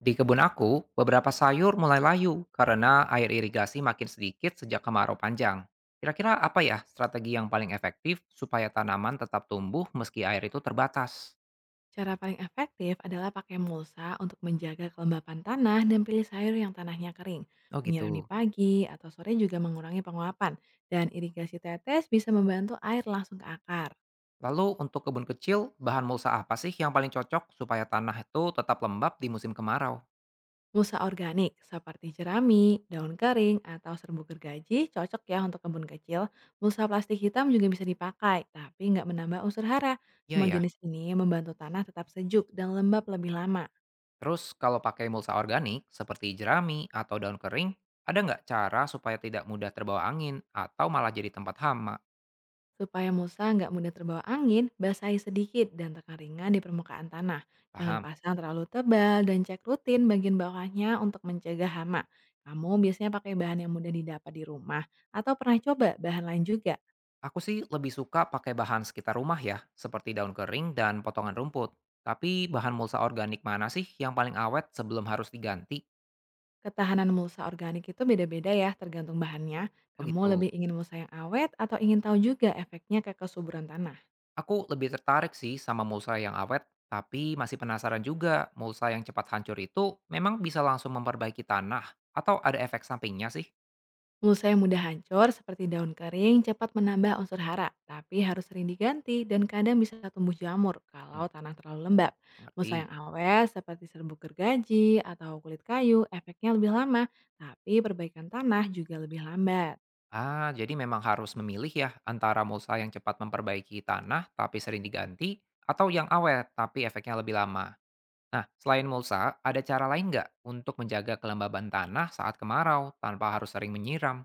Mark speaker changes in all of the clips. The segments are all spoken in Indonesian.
Speaker 1: Di kebun aku, beberapa sayur mulai layu karena air irigasi makin sedikit sejak kemarau panjang. Kira-kira apa ya strategi yang paling efektif supaya tanaman tetap tumbuh meski air itu terbatas?
Speaker 2: Cara paling efektif adalah pakai mulsa untuk menjaga kelembapan tanah dan pilih sayur yang tanahnya kering.
Speaker 1: Oh
Speaker 2: Menyiram di
Speaker 1: gitu.
Speaker 2: pagi atau sore juga mengurangi penguapan dan irigasi tetes bisa membantu air langsung ke akar.
Speaker 1: Lalu untuk kebun kecil, bahan mulsa apa sih yang paling cocok supaya tanah itu tetap lembab di musim kemarau?
Speaker 2: Mulsa organik seperti jerami, daun kering, atau serbuk gergaji cocok ya untuk kebun kecil. Mulsa plastik hitam juga bisa dipakai, tapi nggak menambah unsur hara.
Speaker 1: Iya
Speaker 2: Semua
Speaker 1: ya.
Speaker 2: jenis ini membantu tanah tetap sejuk dan lembab lebih lama.
Speaker 1: Terus kalau pakai mulsa organik seperti jerami atau daun kering, ada nggak cara supaya tidak mudah terbawa angin atau malah jadi tempat hama?
Speaker 2: Supaya Musa nggak mudah terbawa angin, basahi sedikit dan tekan ringan di permukaan tanah. Jangan
Speaker 1: Paham?
Speaker 2: pasang terlalu tebal dan cek rutin bagian bawahnya untuk mencegah hama. Kamu biasanya pakai bahan yang mudah didapat di rumah atau pernah coba bahan lain juga.
Speaker 1: Aku sih lebih suka pakai bahan sekitar rumah ya, seperti daun kering dan potongan rumput. Tapi bahan mulsa organik mana sih yang paling awet sebelum harus diganti?
Speaker 2: Ketahanan mulsa organik itu beda-beda ya tergantung bahannya.
Speaker 1: Oh
Speaker 2: Kamu
Speaker 1: gitu.
Speaker 2: lebih ingin mulsa yang awet atau ingin tahu juga efeknya ke kesuburan tanah?
Speaker 1: Aku lebih tertarik sih sama mulsa yang awet, tapi masih penasaran juga mulsa yang cepat hancur itu memang bisa langsung memperbaiki tanah atau ada efek sampingnya sih?
Speaker 2: Mulsa yang mudah hancur seperti daun kering cepat menambah unsur hara, tapi harus sering diganti dan kadang bisa tumbuh jamur
Speaker 1: Hmm.
Speaker 2: kalau tanah terlalu lembab. Mulsa yang
Speaker 1: Mengerti.
Speaker 2: awet seperti serbuk gergaji atau kulit kayu efeknya lebih lama, tapi perbaikan tanah juga lebih lambat.
Speaker 1: Ah, jadi memang harus memilih ya antara mulsa yang cepat memperbaiki tanah tapi sering diganti atau yang awet tapi efeknya lebih lama. Nah, selain mulsa, ada cara lain nggak untuk menjaga kelembaban tanah saat kemarau tanpa harus sering menyiram?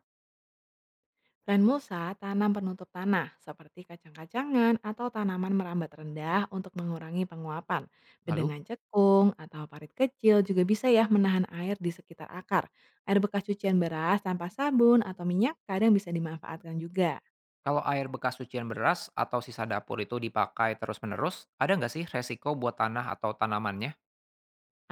Speaker 2: Selain mulsa, tanam penutup tanah seperti kacang-kacangan atau tanaman merambat rendah untuk mengurangi penguapan.
Speaker 1: Lalu,
Speaker 2: Bedengan cekung atau parit kecil juga bisa ya menahan air di sekitar akar. Air bekas cucian beras tanpa sabun atau minyak kadang bisa dimanfaatkan juga.
Speaker 1: kalau air bekas cucian beras atau sisa dapur itu dipakai terus-menerus, ada nggak sih resiko buat tanah atau tanamannya?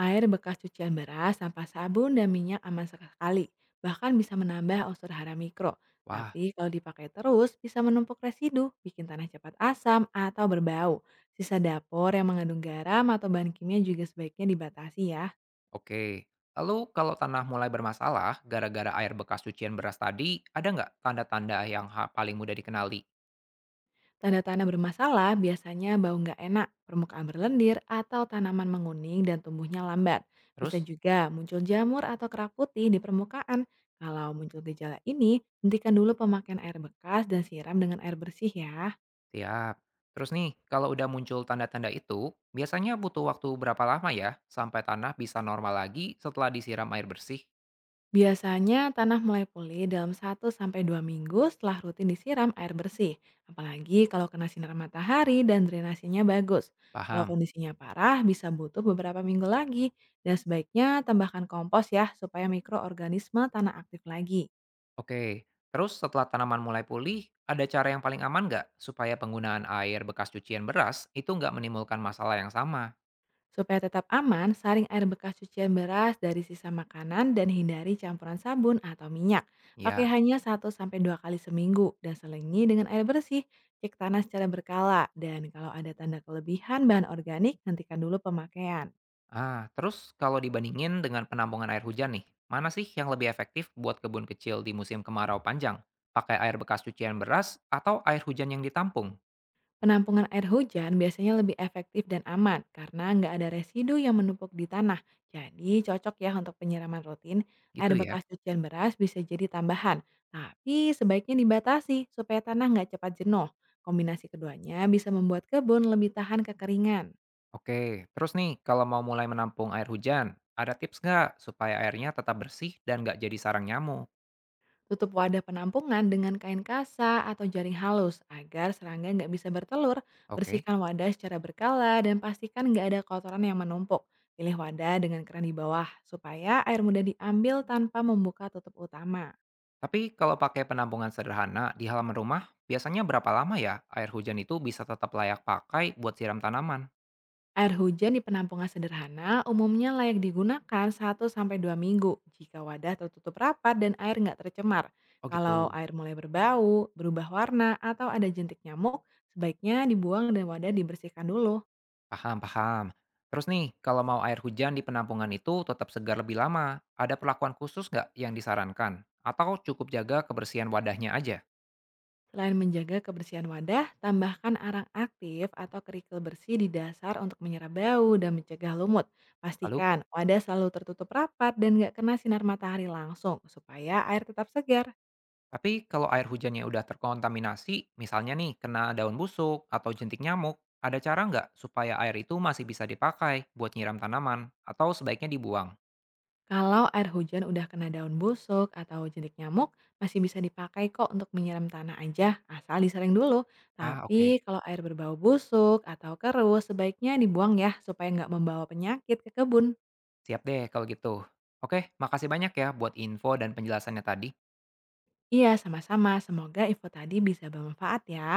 Speaker 2: Air bekas cucian beras, sampah sabun, dan minyak aman sekali, bahkan bisa menambah unsur hara mikro.
Speaker 1: Wah,
Speaker 2: Tapi kalau dipakai terus, bisa menumpuk residu, bikin tanah cepat asam, atau berbau. Sisa dapur yang mengandung garam atau bahan kimia juga sebaiknya dibatasi ya.
Speaker 1: oke. Lalu, kalau tanah mulai bermasalah gara-gara air bekas cucian beras tadi, ada nggak tanda-tanda yang paling mudah dikenali?
Speaker 2: Tanda-tanda bermasalah biasanya bau nggak enak, permukaan berlendir, atau tanaman menguning dan tumbuhnya lambat. Bisa
Speaker 1: Terus,
Speaker 2: juga muncul jamur atau kerak putih di permukaan. Kalau muncul gejala ini, hentikan dulu pemakaian air bekas dan siram dengan air bersih ya.
Speaker 1: siap. Terus nih, kalau udah muncul tanda-tanda itu, biasanya butuh waktu berapa lama ya sampai tanah bisa normal lagi setelah disiram air bersih?
Speaker 2: Biasanya tanah mulai pulih dalam 1 sampai 2 minggu setelah rutin disiram air bersih. Apalagi kalau kena sinar matahari dan drainasinya bagus. Kalau
Speaker 1: Paham?
Speaker 2: kondisinya parah bisa butuh beberapa minggu lagi. Dan sebaiknya tambahkan kompos ya supaya mikroorganisme tanah aktif lagi.
Speaker 1: Oke, terus setelah tanaman mulai pulih, ada cara yang paling aman nggak supaya penggunaan air bekas cucian beras itu nggak menimbulkan masalah yang sama?
Speaker 2: Supaya tetap aman, saring air bekas cucian beras dari sisa makanan dan hindari campuran sabun atau minyak. Pakai
Speaker 1: Ya,
Speaker 2: hanya 1 sampai 2 kali seminggu dan selingi dengan air bersih. Cek tanah secara berkala dan kalau ada tanda kelebihan bahan organik, hentikan dulu pemakaian.
Speaker 1: ah, terus kalau dibandingin dengan penampungan air hujan nih, mana sih yang lebih efektif buat kebun kecil di musim kemarau panjang? Pakai air bekas cucian beras atau air hujan yang ditampung?
Speaker 2: Penampungan air hujan biasanya lebih efektif dan aman karena nggak ada residu yang menumpuk di tanah. Jadi cocok ya untuk penyiraman rutin. Air
Speaker 1: Gitu ya.
Speaker 2: bekas cucian beras bisa jadi tambahan, tapi sebaiknya dibatasi supaya tanah nggak cepat jenuh. Kombinasi keduanya bisa membuat kebun lebih tahan kekeringan.
Speaker 1: Oke, terus nih kalau mau mulai menampung air hujan, ada tips nggak supaya airnya tetap bersih dan nggak jadi sarang nyamuk?
Speaker 2: Tutup wadah penampungan dengan kain kasa atau jaring halus agar serangga nggak bisa bertelur.
Speaker 1: Oke,
Speaker 2: Bersihkan wadah secara berkala dan pastikan nggak ada kotoran yang menumpuk. Pilih wadah dengan keran di bawah supaya air mudah diambil tanpa membuka tutup utama.
Speaker 1: tapi kalau pakai penampungan sederhana di halaman rumah, biasanya berapa lama ya air hujan itu bisa tetap layak pakai buat siram tanaman?
Speaker 2: Air hujan di penampungan sederhana umumnya layak digunakan 1 sampai 2 minggu jika wadah tertutup rapat dan air nggak tercemar.
Speaker 1: Oh
Speaker 2: Kalau
Speaker 1: gitu,
Speaker 2: air mulai berbau, berubah warna, atau ada jentik nyamuk, sebaiknya dibuang dan wadah dibersihkan dulu.
Speaker 1: paham paham. Terus nih, kalau mau air hujan di penampungan itu tetap segar lebih lama, ada perlakuan khusus nggak yang disarankan? Atau cukup jaga kebersihan wadahnya aja?
Speaker 2: Selain menjaga kebersihan wadah, tambahkan arang aktif atau kerikil bersih di dasar untuk menyerap bau dan mencegah lumut.
Speaker 1: Lalu?
Speaker 2: Pastikan wadah selalu tertutup rapat dan nggak kena sinar matahari langsung supaya air tetap segar.
Speaker 1: Tapi kalau air hujannya udah terkontaminasi, misalnya nih kena daun busuk atau jentik nyamuk, ada cara nggak supaya air itu masih bisa dipakai buat nyiram tanaman atau sebaiknya dibuang?
Speaker 2: Kalau air hujan udah kena daun busuk atau jentik nyamuk, masih bisa dipakai kok untuk menyiram tanah aja, asal disaring dulu.
Speaker 1: Ah oke,
Speaker 2: Tapi kalau air berbau busuk atau keruh, sebaiknya dibuang ya supaya nggak membawa penyakit ke kebun.
Speaker 1: siap deh kalau gitu. Oke, makasih banyak ya buat info dan penjelasannya tadi.
Speaker 2: Iya, sama-sama. Semoga info tadi bisa bermanfaat ya.